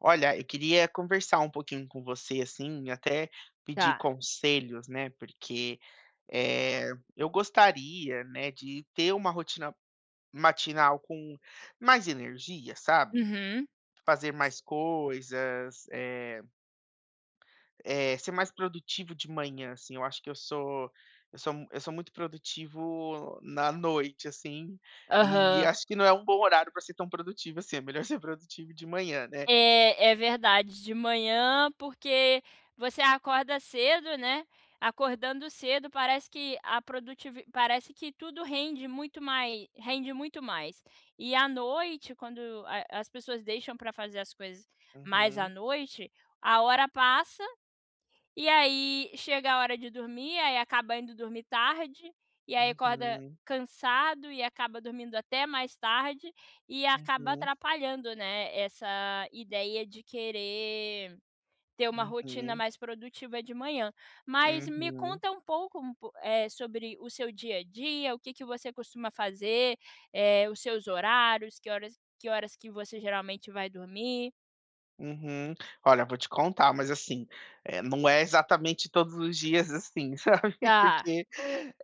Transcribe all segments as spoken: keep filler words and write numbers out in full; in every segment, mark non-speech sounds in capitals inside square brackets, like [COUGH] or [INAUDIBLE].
Olha, eu queria conversar um pouquinho com você, assim, até pedir Tá. conselhos, né? Porque eh, eu gostaria, né, de ter uma rotina matinal com mais energia, sabe? Uhum. Fazer mais coisas, eh, eh, ser mais produtivo de manhã, assim. Eu acho que eu sou, eu sou, eu sou muito produtivo na noite, assim. E Aham. acho que não é um bom horário para ser tão produtivo assim. É melhor [LAUGHS] ser produtivo de manhã, né? É, é verdade. De manhã, porque você acorda cedo, né? Acordando cedo, parece que a produtivi parece que tudo rende muito mais rende muito mais. E à noite, quando a as pessoas deixam para fazer as coisas mais à Uhum, noite, a hora passa. E aí chega a hora de dormir, aí acaba indo dormir tarde, e aí acorda uhum. cansado e acaba dormindo até mais tarde, e acaba Uhum, atrapalhando, né, essa ideia de querer ter uma rotina uhum, mais produtiva de manhã. Mas me uhum. conta um pouco, um po eh, sobre o seu dia a dia, o que que você costuma fazer, eh, os seus horários, que horas que horas que você geralmente vai dormir? Uhum. Olha, vou te contar, mas assim, eh, não é exatamente todos os dias assim, [LAUGHS] sabe, Tá, porque,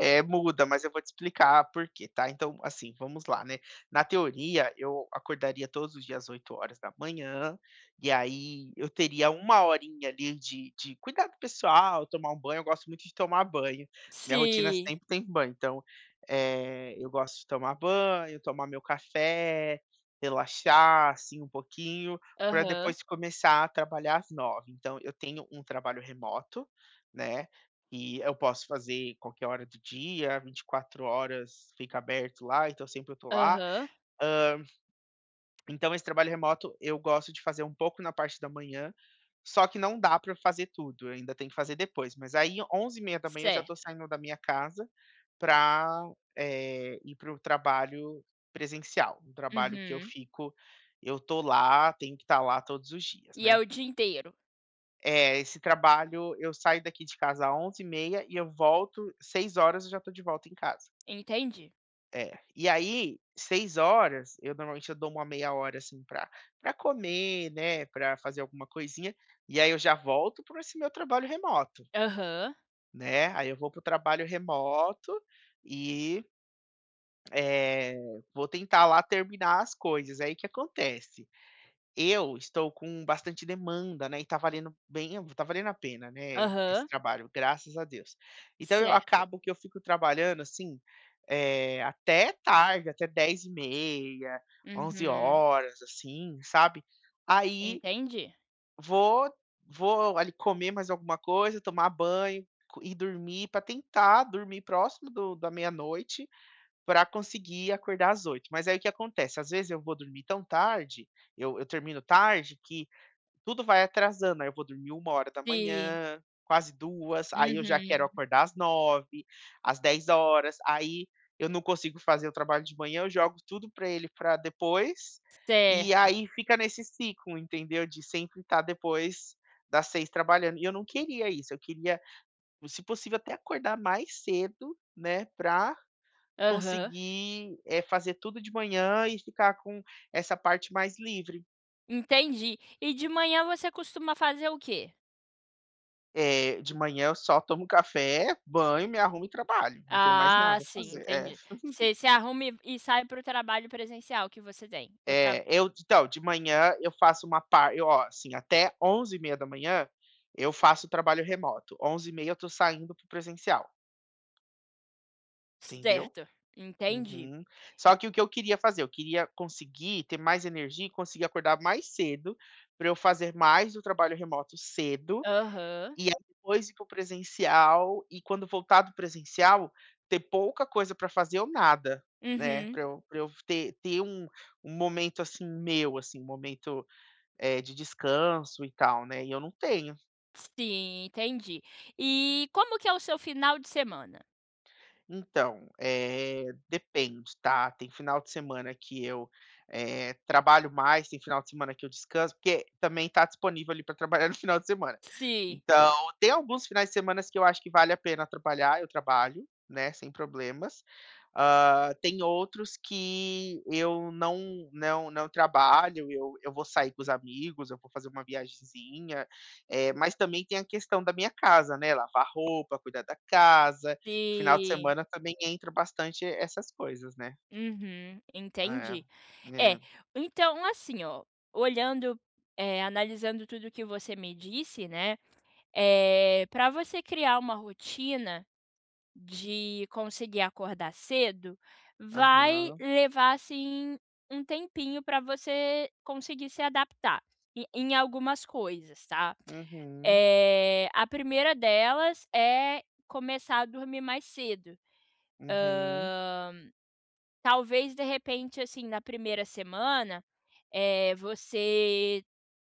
eh, muda, mas eu vou te explicar por quê, tá. Então, assim, vamos lá, né. Na teoria, eu acordaria todos os dias às oito horas da manhã e aí eu teria uma horinha ali de de cuidado pessoal, tomar um banho, eu gosto muito de tomar banho, minha rotina sim. sempre tem banho. Então, eh, eu gosto de tomar banho, tomar meu café, relaxar, assim, um pouquinho para Aham, depois começar a trabalhar às nove. Então eu tenho um trabalho remoto, né, e eu posso fazer qualquer hora do dia, vinte e quatro horas fica aberto lá, então sempre eu tô lá. aham, Então esse trabalho remoto eu gosto de fazer um pouco na parte da manhã, só que não dá para fazer tudo, eu ainda tem que fazer depois. Mas aí onze e meia eu já estou certo. saindo da minha casa para ir para o trabalho presencial, um trabalho que eu Uhum. fico eu tô lá, tenho que estar lá todos os dias, E é né. o dia inteiro, É, esse trabalho eu saio daqui de casa às onze e meia e eu volto seis horas eu já estou de volta em casa. entende? É. E aí, seis horas eu normalmente eu dou uma meia hora, assim, pra pra comer, né, pra fazer alguma coisinha, e aí eu já volto para esse meu trabalho remoto, Aham, né. Aí eu vou para o trabalho remoto e, eh, vou tentar lá terminar as coisas. Aí o que acontece? Eu estou com bastante demanda, né, e tá valendo bem tá valendo a pena, né, esse aham, trabalho, graças a Deus. Então eu certo. acabo que eu fico trabalhando, assim, eh, até tarde, até dez e meia, onze Uhum, horas, assim, sabe. Aí entendi. vou vou ali comer mais alguma coisa, tomar banho, co ir dormir para tentar dormir próximo do da meia-noite, para conseguir acordar às oito. Mas aí o que acontece, às vezes eu vou dormir tão tarde, eu eu termino tarde que tudo vai atrasando, aí eu vou dormir uma hora da Sim, manhã, quase duas. Aí eu já quero uhum, acordar às nove, às dez horas. Aí eu não consigo fazer o trabalho de manhã, eu jogo tudo para ele para depois, e certo, aí fica nesse ciclo, entendeu, de sempre estar depois das seis trabalhando. E eu não queria isso, eu queria, se possível, até acordar mais cedo, né, para aham, conseguir, eh, fazer tudo de manhã e ficar com essa parte mais livre. entendi. E de manhã você costuma fazer o quê? Eh, de manhã eu só tomo café, banho, me arrumo e trabalho, não tenho mais Ah, nada a sim, fazer. É, entendi. Você se arruma e e sai para o trabalho presencial que você tem, ou tra é, eu então, de manhã eu faço uma parte, eu, ó, assim, até onze e meia da manhã eu faço trabalho remoto, onze e meia eu tô saindo para o presencial, entendeu? certo, entendi. Uhum. Só que o que eu queria fazer, eu queria conseguir ter mais energia e conseguir acordar mais cedo, para eu fazer mais o trabalho remoto cedo, Aham, e aí depois ir para o presencial e quando voltar do presencial, ter pouca coisa para fazer ou nada, né, uhum, para eu pra eu ter ter um um momento, assim, meu, assim, um momento, eh, de descanso e tal, né, e eu não tenho. sim, entendi. E como que é o seu final de semana? Então, eh, depende, tá? Tem final de semana que eu, eh, trabalho mais, tem final de semana que eu descanso, porque também tá disponível ali para trabalhar [LAUGHS] no final de semana. Sim, Então, tem alguns finais de semanas que eu acho que vale a pena trabalhar, eu trabalho, né, sem problemas. Ah, tem outros que eu não não não trabalho, eu eu vou sair com os amigos, eu vou fazer uma viagemzinha, eh, mas também tem a questão da minha casa, né, lavar roupa, cuidar da casa. Final de sim. semana também entra bastante essas coisas, né. Uhum, É, entendi. É, é. então assim ó, olhando, eh, analisando tudo que você me disse, né, eh, pra você criar uma rotina de conseguir acordar cedo, vai Aham. levar, assim, um tempinho para você conseguir se adaptar em em algumas coisas, tá. Uhum. Eh, a primeira delas é começar a dormir mais cedo. Uhum. Talvez, de repente, assim, na primeira semana, eh, você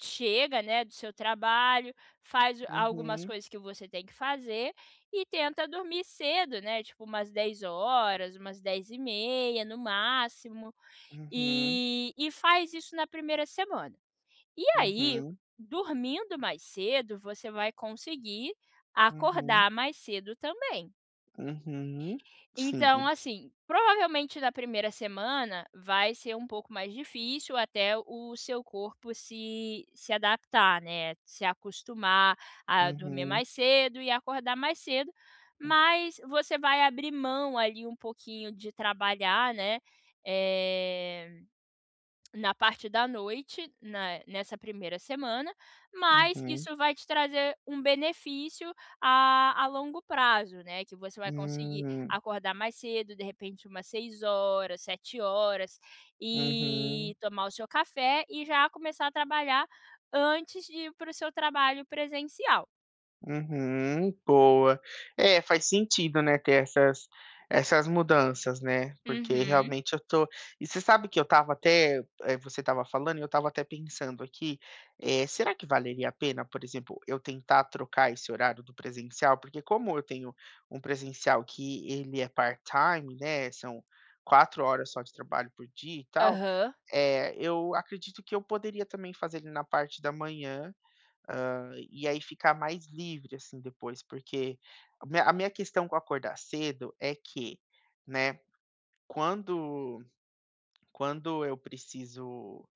chega, né, do seu trabalho, faz algumas Uhum. coisas que você tem que fazer e tenta dormir cedo, né, tipo umas dez horas umas dez e meia no máximo, Uhum. e e faz isso na primeira semana. E aí, Uhum. dormindo mais cedo, você vai conseguir Uhum. acordar mais cedo também. Uhum. Então, Sim. assim, provavelmente na primeira semana vai ser um pouco mais difícil até o seu corpo se, se adaptar, né? Se acostumar a dormir Uhum. mais cedo e acordar mais cedo, mas você vai abrir mão ali um pouquinho de trabalhar, né? eh, na parte da noite, na nessa primeira semana, mas Uhum. isso vai te trazer um benefício a a longo prazo, né, que você vai conseguir Hum. acordar mais cedo, de repente umas seis horas sete horas Uhum. e tomar o seu café e já começar a trabalhar antes de ir para o seu trabalho presencial. Uhum, boa. É, faz sentido, né, ter essas essas mudanças, né, porque Uhum. realmente eu tô e você sabe que eu tava até, eh, você tava falando e eu tava até pensando aqui, eh, será que valeria a pena, por exemplo, eu tentar trocar esse horário do presencial? Porque como eu tenho um presencial que ele é part-time, né, são quatro horas só de trabalho por dia e tal, Aham. é eu acredito que eu poderia também fazer ele na parte da manhã. Hã, e aí ficar mais livre, assim, depois, porque a minha a minha questão com acordar cedo é que, né, quando quando eu preciso,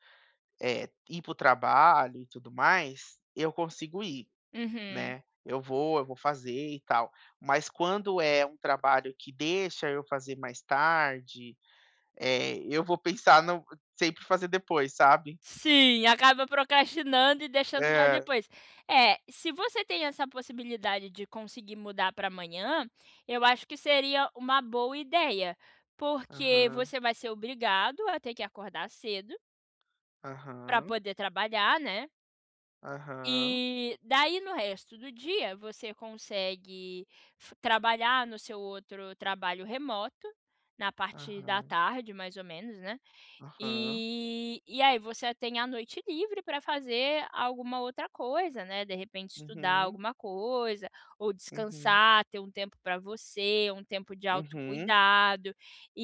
eh, ir para o trabalho e tudo mais, eu consigo ir, Uhum. né. Eu vou, eu vou fazer e tal. Mas quando é um trabalho que deixa eu fazer mais tarde, eh, eu vou pensar no sempre fazer depois, sabe. Sim, acaba procrastinando e deixando para É. depois. É, se você tem essa possibilidade de conseguir mudar para amanhã, eu acho que seria uma boa ideia, porque Aham, você vai ser obrigado a ter que acordar cedo para aham, poder trabalhar, né. aham, E daí no resto do dia você consegue f trabalhar no seu outro trabalho remoto, na parte da aham, tarde mais ou menos, né. aham. E e aí você tem a noite livre para fazer alguma outra coisa, né, de repente estudar Uhum, alguma coisa, ou uhum, descansar, ter um tempo para você, um tempo de uhum. autocuidado.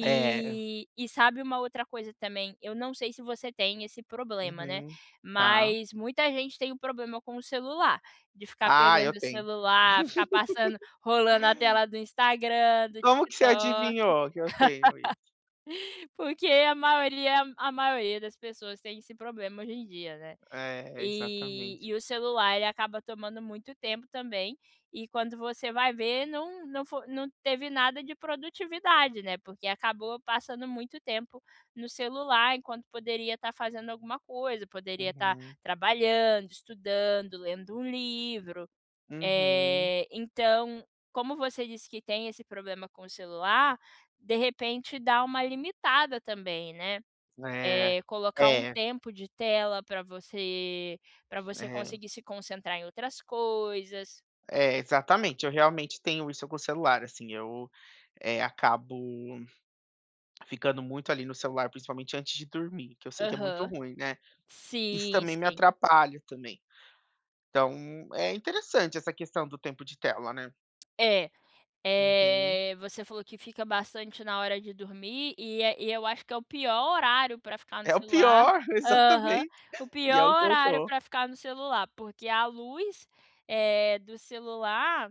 É, e sabe uma outra coisa também, eu não sei se você tem esse problema, né, uhum, tá. mas muita gente tem o problema com o celular, de ficar Ah, eu pegando o tenho. celular, ficar [LAUGHS] passando rolando a tela do Instagram, do Como que você TikTok. adivinhou que eu tenho isso? Porque a maioria a maioria das pessoas tem esse problema hoje em dia, né. É, E exatamente. e o celular ele acaba tomando muito tempo também, e quando você vai ver não não fo não teve nada de produtividade, né, porque acabou passando muito tempo no celular enquanto poderia estar fazendo alguma coisa, poderia estar Uhum, trabalhando, estudando, lendo um livro, uhum. eh, então, como você disse que tem esse problema com o celular, de repente dá uma limitada também, né. É, Eh, colocar um é, tempo de tela para você para você é, conseguir se concentrar em outras coisas. é, exatamente, eu realmente tenho isso com o celular, assim, eu, eh, acabo ficando muito ali no celular, principalmente antes de dormir, que eu sei que é muito Aham. ruim, né. Isso Sim, também me sim. atrapalha também. Então, é interessante essa questão do tempo de tela, né. É. Uhum. Eh, você falou que fica bastante na hora de dormir e é e eu acho que é o pior horário para ficar no É o celular. pior, [LAUGHS] Aham, exatamente. o E pior é o que eu horário tô. para ficar no celular, porque a luz, eh, do celular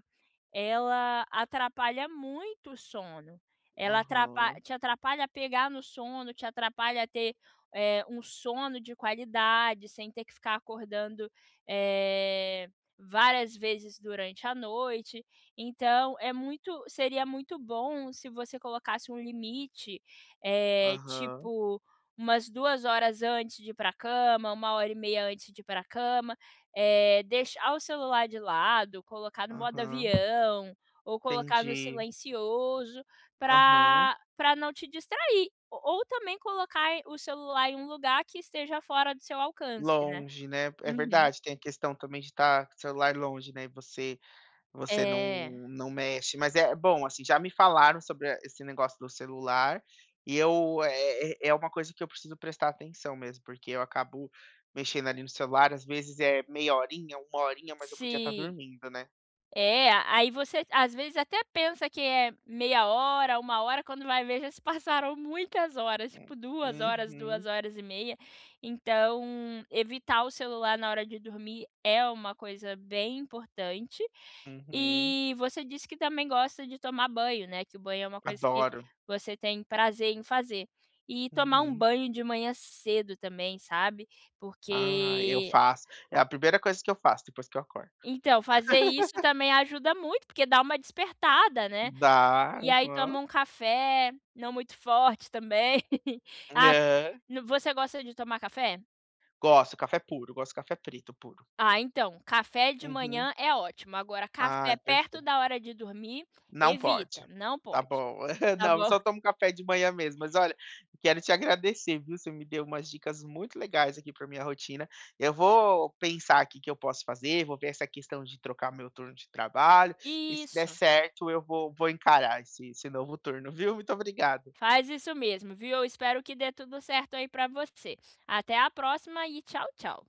ela atrapalha muito o sono. Ela atrapa Aham, te atrapalha a pegar no sono, te atrapalha a ter, eh, um sono de qualidade, sem ter que ficar acordando, eh, várias vezes durante a noite. Então é muito seria muito bom se você colocasse um limite, eh, aham, tipo umas duas horas antes de ir pra cama, uma hora e meia antes de ir pra cama. Eh, deixar o celular de lado, colocar no modo aham. avião ou colocar no Entendi. silencioso Aham. para para não te distrair, ou ou também colocar em o celular em um lugar que esteja fora do seu alcance, né. Longe, né. É Uhum. verdade, tem a questão também de estar com o celular longe, né, e você você não É, não mexe, mas é bom, assim, já me falaram sobre a esse negócio do celular, e eu é é é uma coisa que eu preciso prestar atenção mesmo, porque eu acabo mexendo ali no celular, às vezes é meia horinha, uma horinha, mas eu podia estar sim. dormindo, né. É, aí você às vezes até pensa que é meia hora, uma hora, quando vai ver já se passaram muitas horas, Hum. tipo duas horas, duas Uhum, horas e meia. Então, evitar o celular na hora de dormir é uma coisa bem importante. uhum. E você disse que também gosta de tomar banho, né, que o banho é uma coisa que Adoro. você tem prazer em fazer. E tomar um Uhum. banho de manhã cedo também, sabe, Ah, eu porque faço. É a primeira coisa que eu faço depois que eu acordo. então, fazer isso [LAUGHS] também ajuda muito, porque dá uma despertada, né. Dá, E aí aham. toma um café, não muito forte também. [LAUGHS] Ah, É. no você gosta de tomar café? Gosto, café puro, gosto de café preto puro. Ah, então, café de Uhum. manhã é ótimo, agora Ai, café perto da hora de dormir, não pode. evita, não Tá pode, bom. [LAUGHS] tá Não, eu bom? só [LAUGHS] tomo café de manhã mesmo, mas olha, quero te agradecer, viu, você me deu umas dicas muito legais aqui para minha rotina. Eu vou pensar aqui o que eu posso fazer, vou ver essa questão de trocar meu turno de trabalho, e se der Isso, certo eu vou vou encarar esse esse novo turno, viu. Muito obrigado. faz isso mesmo, viu. Eu espero que dê tudo certo aí pra você. Até a próxima e tchau, tchau.